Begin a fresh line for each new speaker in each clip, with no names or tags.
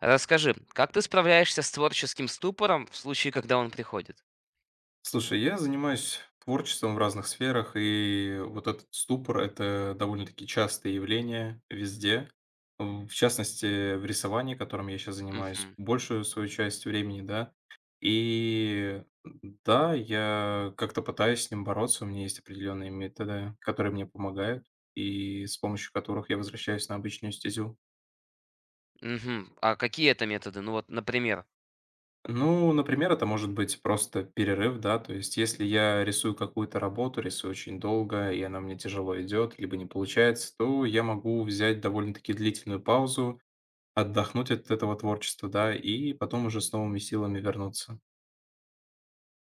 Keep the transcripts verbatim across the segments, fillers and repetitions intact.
Расскажи, как ты справляешься с творческим ступором в случае, когда он приходит?
Слушай, я занимаюсь творчеством в разных сферах, и вот этот ступор– это довольно-таки частое явление везде. В в частности, в рисовании, которым я сейчас занимаюсь,
Мгм.
большую свою часть времени, да. И да, я как-то пытаюсь с ним бороться, у меня есть определенные методы, которые мне помогают, и с помощью которых я возвращаюсь на обычную стезю.
Мгм. А какие это методы? Ну вот, например.
Ну, например, это может быть просто перерыв, да, то есть если я рисую какую-то работу, рисую очень долго, и она мне тяжело идет, либо не получается, то я могу взять довольно-таки длительную паузу, отдохнуть от этого творчества, да, и потом уже с новыми силами вернуться.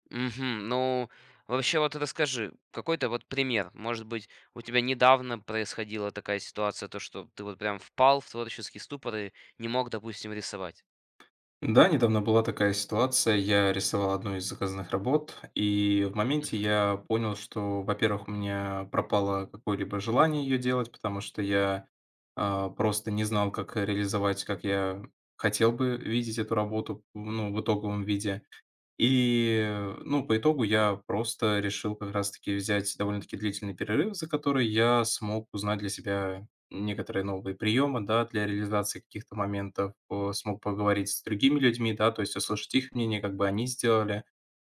Мгм. Ну, вообще вот расскажи, какой-то вот пример. Может быть, у тебя недавно происходила такая ситуация, то, что ты вот прям впал в творческий ступор и не мог, допустим, рисовать.
Да, недавно была такая ситуация. Я рисовал одну из заказанных работ, и в моменте я понял, что, во-первых, у меня пропало какое-либо желание ее делать, потому что я а, просто не знал, как реализовать, как я хотел бы видеть эту работу, ну, в итоговом виде. И, ну, по итогу я просто решил как раз-таки взять довольно-таки длительный перерыв, за который я смог узнать для себя некоторые новые приемы, да, для реализации каких-то моментов, э, смог поговорить с другими людьми, да, то есть услышать их мнение, как бы они сделали.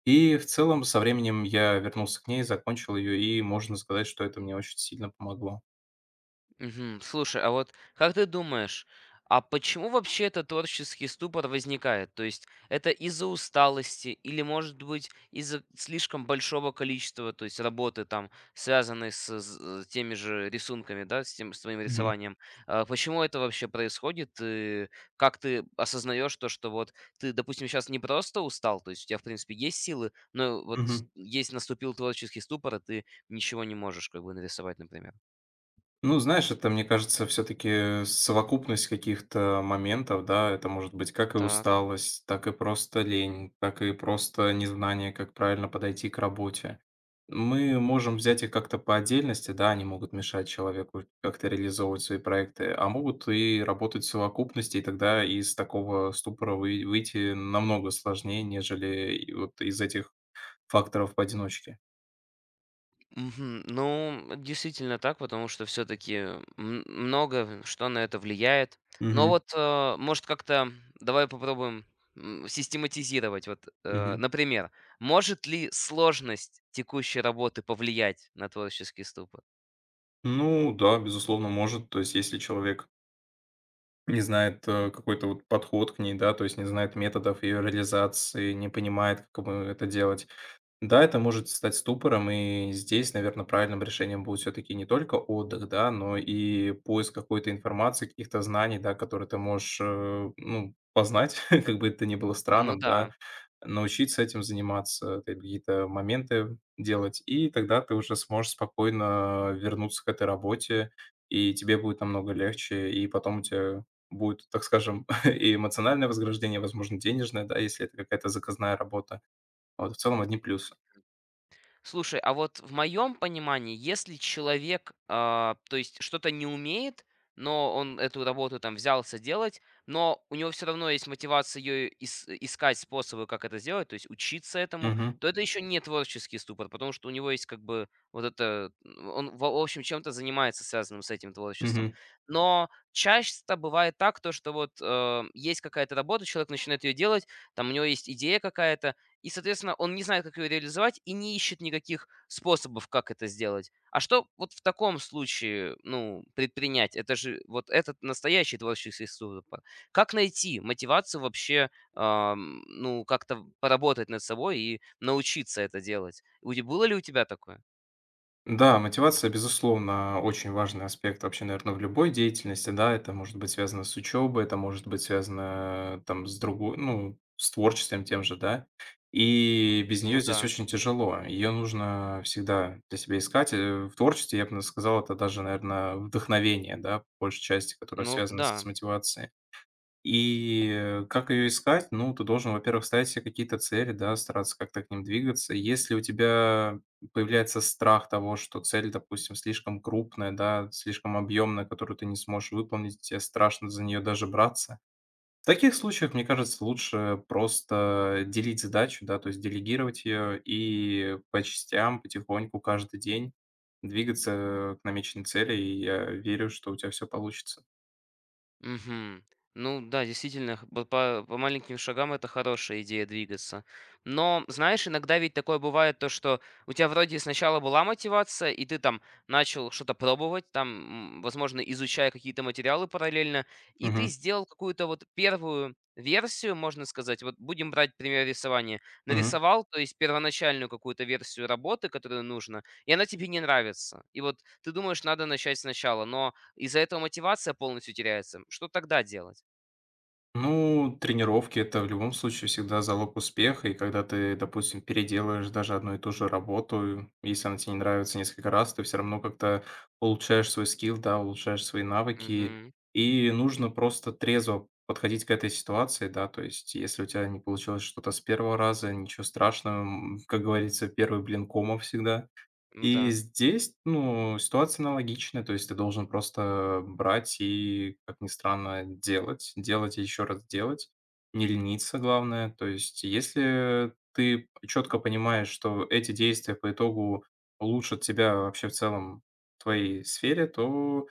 И в целом со временем я вернулся к ней, закончил ее, и можно сказать, что это мне очень сильно помогло.
Мгм. Слушай, а вот как ты думаешь, а почему вообще этот творческий ступор возникает? То есть это из-за усталости или, может быть, из-за слишком большого количества, то есть работы там, связанной с, з- теми же рисунками, да, с тем, с твоим
Мгм.
рисованием? А почему это вообще происходит? И как ты осознаешь то, что вот ты, допустим, сейчас не просто устал, то есть у тебя, в принципе, есть силы, но вот с-
Мгм.
есть наступил творческий ступор, и ты ничего не можешь как бы нарисовать, например.
Ну, знаешь, это, мне кажется, все-таки совокупность каких-то моментов, да, это может быть как и
Так.
усталость, так и просто лень, так и просто незнание, как правильно подойти к работе. Мы можем взять их как-то по отдельности, да, они могут мешать человеку как-то реализовывать свои проекты, а могут и работать в совокупности, и тогда из такого ступора вы- выйти намного сложнее, нежели и вот из этих факторов поодиночке.
Мгм. Ну, действительно так, потому что все-таки много что на это влияет. Но
Мгм.
вот, э, может, как-то давай попробуем м, систематизировать. Вот, э,
Мгм.
например, может ли сложность текущей работы повлиять на творческий ступор?
Ну да, безусловно, может. То есть, если человек не знает, э, какой-то вот подход к ней, да, то есть не знает методов ее реализации, не понимает, как ему это делать. Да, это может стать ступором, и здесь, наверное, правильным решением будет все-таки не только отдых, да, но и поиск какой-то информации, каких-то знаний, да, которые ты можешь, э, ну, познать, как бы это ни было
Ну
странным,
да.
да, научиться этим заниматься, ты какие-то моменты делать, и тогда ты уже сможешь спокойно вернуться к этой работе, и тебе будет намного легче, и потом у тебя будет, так скажем, и эмоциональное вознаграждение, возможно, денежное, да, если это какая-то заказная работа. Вот, в целом одни плюсы.
Слушай, а вот в моем понимании, если человек, а, то есть что-то не умеет, но он эту работу там взялся делать, но у него все равно есть мотивация ее искать способы, как это сделать, то есть учиться этому,
Мгм,
то это еще не творческий ступор, потому что у него есть как бы вот это, м, он в в общем чем-то занимается связанным с этим творчеством.
мгм.
Но часто бывает так, то что вот э, есть какая-то работа, человек начинает ее делать, там у него есть идея какая-то, и, соответственно, он не знает, как её реализовать, и не ищет никаких способов, как это сделать. А что вот в таком случае, ну, предпринять? Это же вот этот настоящий творческий ступор. Как найти мотивацию вообще, ам, ну, как-то поработать над собой и научиться это делать? У те Было ли у тебя такое?
Да, мотивация, безусловно, очень важный аспект вообще, наверное, в любой деятельности, да. Это может быть связано с учебой, это может быть связано, там, с другой ну, с творчеством тем же, да. И без нее
Ну
здесь
да.
очень тяжело. Ее нужно всегда для себя искать. Э, в творчестве, я бы сказал, это даже, наверное, вдохновение, да, по большей части, которое
Ну
связано с
да.
мотивацией. И как ее искать? Ну, ты должен, во-первых, ставить себе какие-то цели, да, стараться как-то к ним двигаться. Если у тебя появляется страх того, что цель, допустим, слишком крупная, да, слишком объемная, которую ты не сможешь выполнить, тебе страшно за нее даже браться. В таких случаях, мне кажется, лучше просто делить задачу, да, то есть делегировать ее и по частям, потихоньку, каждый день двигаться к намеченной цели, и я верю, что у тебя все получится.
Мгм. Ну да, действительно, х- по, по- по маленьким шагам это хорошая идея двигаться. Но, знаешь, иногда ведь такое бывает, то, что у тебя вроде сначала была мотивация, и ты там начал что-то пробовать, там, м, возможно, изучая какие-то материалы параллельно, и ты
Мгм.
сделал какую-то вот первую версию, можно сказать, вот будем брать пример рисования,
Мгм.
нарисовал, то есть первоначальную какую-то версию работы, которую нужно, и она тебе не нравится. И вот ты думаешь, надо начать сначала, но из-за этого мотивация полностью теряется. Что тогда делать?
Ну, тренировки- это в любом случае всегда залог успеха. И когда ты, допустим, переделаешь даже одну и ту же работу, если она тебе не нравится несколько раз, ты все равно как-то улучшаешь свой скилл, да, улучшаешь свои навыки.
Мгм.
И нужно просто трезво подходить к этой ситуации, да. То есть если у тебя не получилось что-то с первого раза, ничего страшного. М, как говорится, первый блин комом всегда.
Ну
И
да.
здесь, ну, ситуация аналогичная, то есть ты должен просто брать и, как ни странно, делать, делать и еще раз делать, не лениться, главное. То есть если ты четко понимаешь, что эти действия по итогу улучшат тебя вообще в целом в твоей сфере, то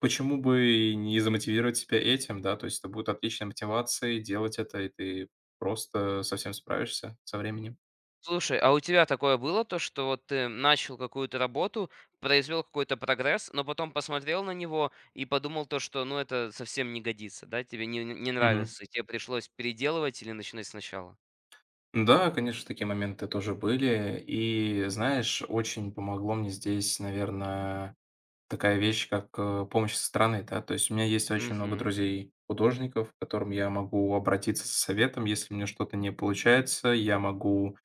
почему бы и не замотивировать себя этим, да? То есть это будет отличная мотивация делать это, и ты просто совсем справишься со временем.
Слушай, а у тебя такое было то, что вот ты начал какую-то работу, произвел какой-то прогресс, но потом посмотрел на него и подумал то, что ну это совсем не годится, да, тебе не, не нравится, и тебе пришлось переделывать или начинать сначала?
Да, конечно, такие моменты тоже были. И знаешь, очень помогло мне здесь, наверное, такая вещь, как э, помощь со стороны, да. То есть у меня есть очень много
Мгм.
друзей художников, к которым я могу обратиться за советом, если у меня что-то не получается, я могу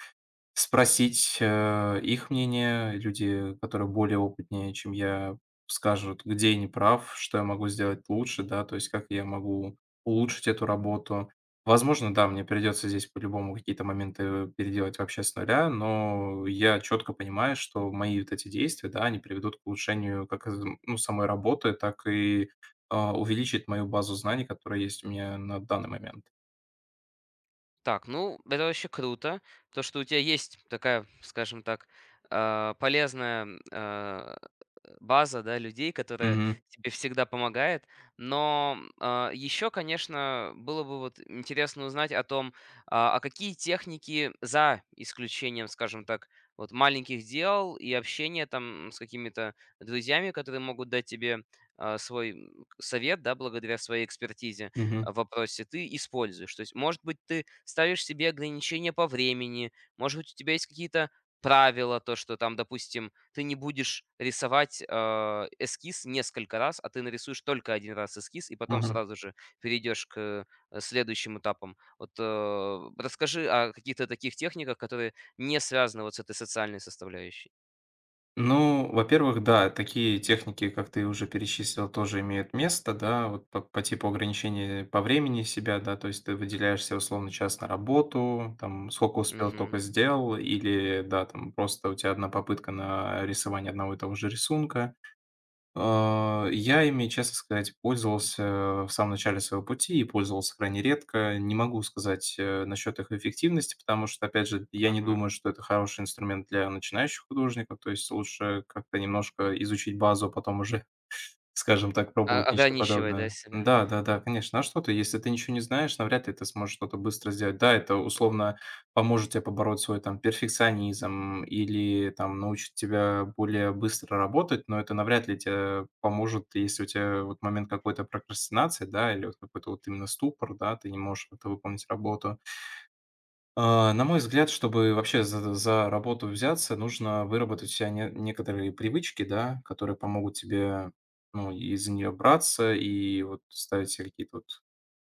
спросить, э, их мнение. Люди, которые более опытнее, чем я, скажут, где я не прав, что я могу сделать лучше, да, то есть как я могу улучшить эту работу. Возможно, да, мне придется здесь по-любому какие-то моменты переделать вообще с нуля, но я четко понимаю, что мои вот эти действия, да, они приведут к улучшению как из ну, самой работы, так и, а, увеличат мою базу знаний, которая есть у меня на данный момент.
Так, ну это вообще круто, то, что у тебя есть такая, скажем так, а, полезная а, база, да, людей, которая тебе всегда помогает. Но еще, конечно, было бы вот интересно узнать о том, а а какие техники за исключением, скажем так, вот маленьких дел и общения там с какими-то друзьями, которые могут дать тебе а, свой м, совет, да, благодаря своей экспертизе
Мгм.
а, в вопросе, ты используешь. То есть, может быть, ты ставишь себе ограничения по времени, может быть, у тебя есть какие-то правила, то, что там, допустим, ты не будешь рисовать, а, эскиз несколько раз, а ты нарисуешь только один раз эскиз и потом
Мгм.
сразу же перейдешь к, э, следующим этапам. Вот, э, расскажи о каких-то таких техниках, которые не связаны вот с этой социальной составляющей.
Ну, во-первых, да, такие техники, как ты уже перечислил, тоже имеют место, да, вот по, по типу ограничения по времени себя, да, то есть ты выделяешься условно час на работу, там сколько успел, только
Мгм.
сделал, или, да, там просто у тебя одна попытка на рисование одного и того же рисунка, а, я ими, честно сказать, пользовался в самом начале своего пути и пользовался крайне редко. Не могу сказать, э, насчет их эффективности, потому что, опять же, я не
Ага.
думаю, что это хороший инструмент для начинающих художников. То есть лучше как-то немножко изучить базу, а потом уже скажем так,
О
пробовать нечто
Ограничивай, да,
подобное.
себя.
Да, да-да, конечно. А что ты, если ты ничего не знаешь, навряд ли ты сможешь что-то быстро сделать. Да, это условно поможет тебе побороть свой там перфекционизм или там научит тебя более быстро работать, но это навряд ли тебе поможет, если у тебя вот момент какой-то прокрастинации, да, или вот какой-то вот именно ступор, да, ты не можешь это выполнить работу. А, на мой взгляд, чтобы вообще за за работу взяться, нужно выработать у себя не некоторые привычки, да, которые помогут тебе, ну, и за нее браться, и вот ставить себе какие-то вот,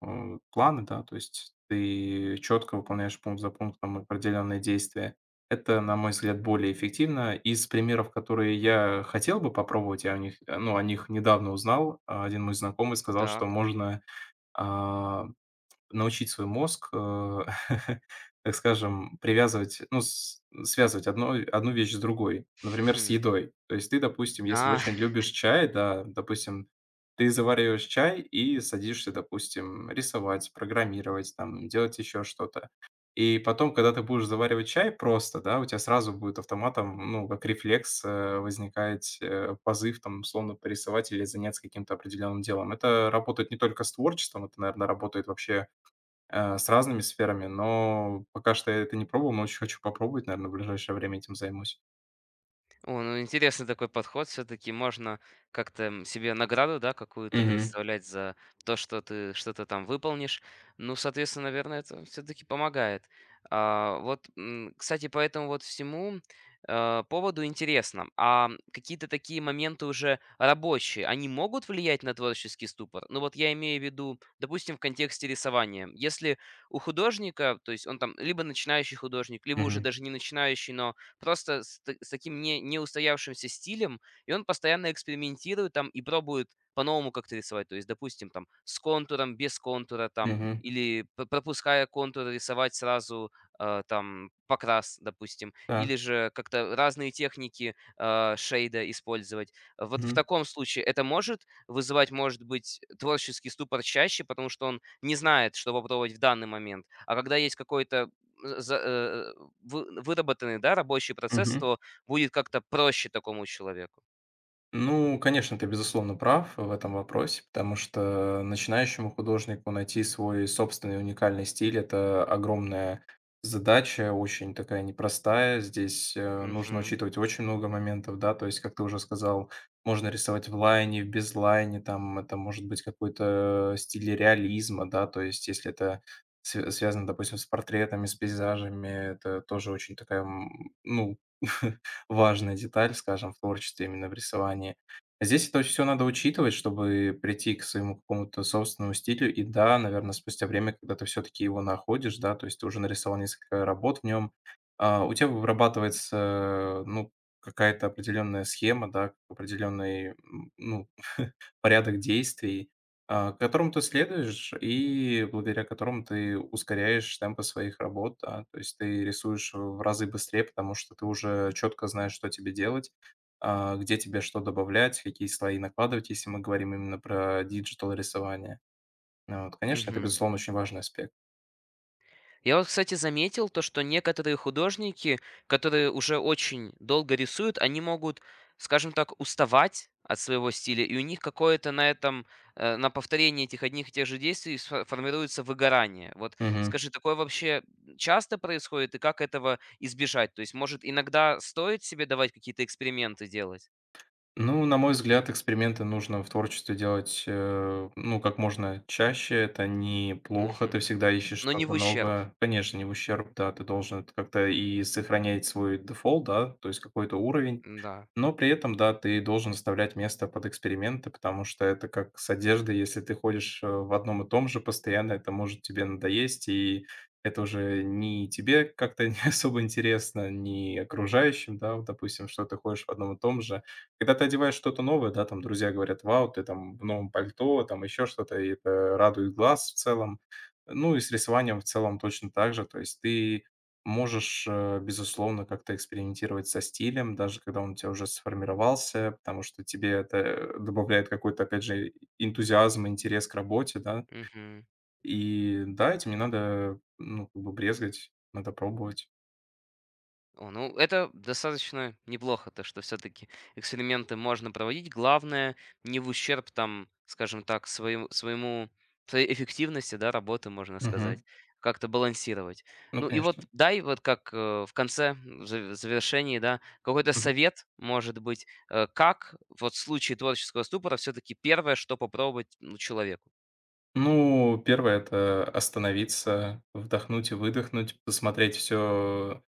э, планы, да. То есть ты четко выполняешь пункт за пунктом определенные действия. Это, на мой взгляд, более эффективно. Из примеров, которые я хотел бы попробовать, я о них, э, ну, о них недавно узнал. а, Один мой знакомый сказал, что
Так.
можно, а научить свой мозг, э, так скажем, привязывать, ну, с связывать одно одну вещь с другой, например, с
Мгм.
едой. То есть ты, допустим, если
А.
очень любишь чай, да, допустим, ты завариваешь чай и садишься, допустим, рисовать, программировать, там, делать еще что-то. И потом, когда ты будешь заваривать чай просто, да, у тебя сразу будет автоматом, ну, как рефлекс, э, возникает, э, позыв, там, условно, порисовать или заняться каким-то определенным делом. Это работает не только с творчеством, это, наверное, работает вообще э, с разными сферами, но пока что я это не пробовал, но очень хочу попробовать, наверное, в ближайшее время этим займусь.
О, ну интересный такой подход. Все-таки можно как-то м, себе награду, да, какую-то
Мгм.
представлять за то, что ты что-то там выполнишь. Ну, соответственно, наверное, это все-таки помогает. А, вот, м, кстати, по этому вот всему э, поводу интересно. А какие-то такие моменты уже рабочие, они могут влиять на творческий ступор? Ну, вот я имею в виду, допустим, в контексте рисования. Если у художника, то есть он там либо начинающий художник, либо уже
Мгм.
даже не начинающий, но просто с т с таким не неустоявшимся стилем, и он постоянно экспериментирует там и пробует по-новому как-то рисовать. То есть, допустим, там с контуром, без контура там
Мгм.
или п пропуская контур, рисовать сразу, э, там покрас, допустим,
Так.
или же как-то разные техники, э, шейда использовать. Вот в
Мгм.
таком случае это может вызывать, может быть, творческий ступор чаще, потому что он не знает, что попробовать в данный момент. А когда есть какой-то за э, вы выработанный, да, рабочий процесс,
Мгм.
то будет как-то проще такому человеку.
Ну, конечно, ты, безусловно, прав в этом вопросе, потому что начинающему художнику найти свой собственный уникальный стиль– это огромная задача, очень такая непростая. Здесь э, нужно
Мгм.
учитывать очень много моментов, да, то есть, как ты уже сказал, можно рисовать в лайне, в безлайне, там это может быть какой-то э, стиль реализма, да, то есть, если это свя- связано, допустим, с портретами, с пейзажами, это тоже очень такая, м, ну, важная деталь, скажем, в творчестве, именно в рисовании. Здесь это все надо учитывать, чтобы прийти к своему какому-то собственному стилю. И да, наверное, спустя время, когда ты все-таки его находишь, да, то есть ты уже нарисовал несколько работ в нем, у тебя вырабатывается, ну, какая-то определенная схема, да, определенный, м, ну порядок действий, а, которому ты следуешь и благодаря которому ты ускоряешь темпы своих работ, да. То есть ты рисуешь в разы быстрее, потому что ты уже четко знаешь, что тебе делать, а, где тебе что добавлять, какие слои накладывать, если мы говорим именно про диджитал-рисование. Вот, конечно, это,
Мгм.
безусловно, очень важный аспект.
Я вот, кстати, заметил то, что некоторые художники, которые уже очень долго рисуют, они могут, скажем так, уставать от своего стиля, и у них какое-то на этом, э, на повторении этих одних и тех же действий сфо формируется выгорание. Вот
Мгм.
скажи, такое вообще часто происходит, и как этого избежать? То есть, может, иногда стоит себе давать какие-то эксперименты делать?
Ну, на мой взгляд, эксперименты нужно в творчестве делать, э, ну, как можно чаще. Это не плохо, ты
Мгм.
всегда ищешь
Но не
что-то
в ущерб,
новое. Конечно, не в ущерб, да, ты должен это как-то и сохранять свой дефолт, да, то есть какой-то уровень.
да.
Но при этом, да, ты должен оставлять место под эксперименты, потому что это как с одеждой, если ты ходишь э, в одном и том же постоянно, это может тебе надоесть, и это уже не тебе как-то не особо интересно, не окружающим, да, вот, допустим, что ты ходишь в одном и том же, когда ты одеваешь что-то новое, да, там друзья говорят: "Вау, ты там в новом пальто", там еще что-то, и это радует глаз в целом. Ну и с рисованием в целом точно так же. То есть ты можешь, э, безусловно, как-то экспериментировать со стилем, даже когда он у тебя уже сформировался, потому что тебе это, э, добавляет какой-то, опять же, энтузиазм, интерес к работе, да.
Мгм.
И да, этим не надо, ну, как бы брезгать, надо пробовать.
О, ну это достаточно неплохо, то что все-таки эксперименты можно проводить. Главное, не в ущерб там, скажем так, своему своему своей эффективности, да, работы, можно сказать.
Мгм.
Как-то балансировать.
Ну,
Ну и вот
конечно.
дай вот как, э, в конце, в за в завершении, да, какой-то совет, может быть, э, как вот в случае творческого ступора все-таки первое, что попробовать, ну, человеку?
Ну, первое- это остановиться, вдохнуть и выдохнуть, посмотреть все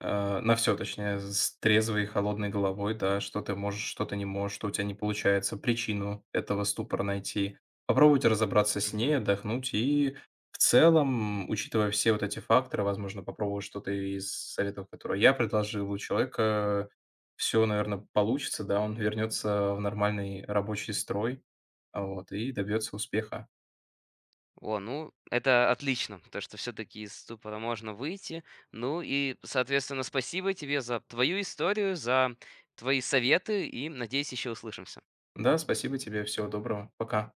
на все, точнее, с трезвой и холодной головой, да, что ты можешь, что ты не можешь, что у тебя не получается, причину этого ступора найти. Попробовать разобраться с ней, отдохнуть и, в целом, учитывая все вот эти факторы, возможно, попробовать что-то из советов, которые я предложил, у человека всё, наверно, получится, да, он вернется в нормальный рабочий строй, а, вот, и добьется успеха.
О, ну, это отлично, то, что все-таки из ступора можно выйти. Ну и, соответственно, спасибо тебе за твою историю, за твои советы и, надеюсь, еще услышимся.
Да, спасибо тебе. Всего доброго. Пока.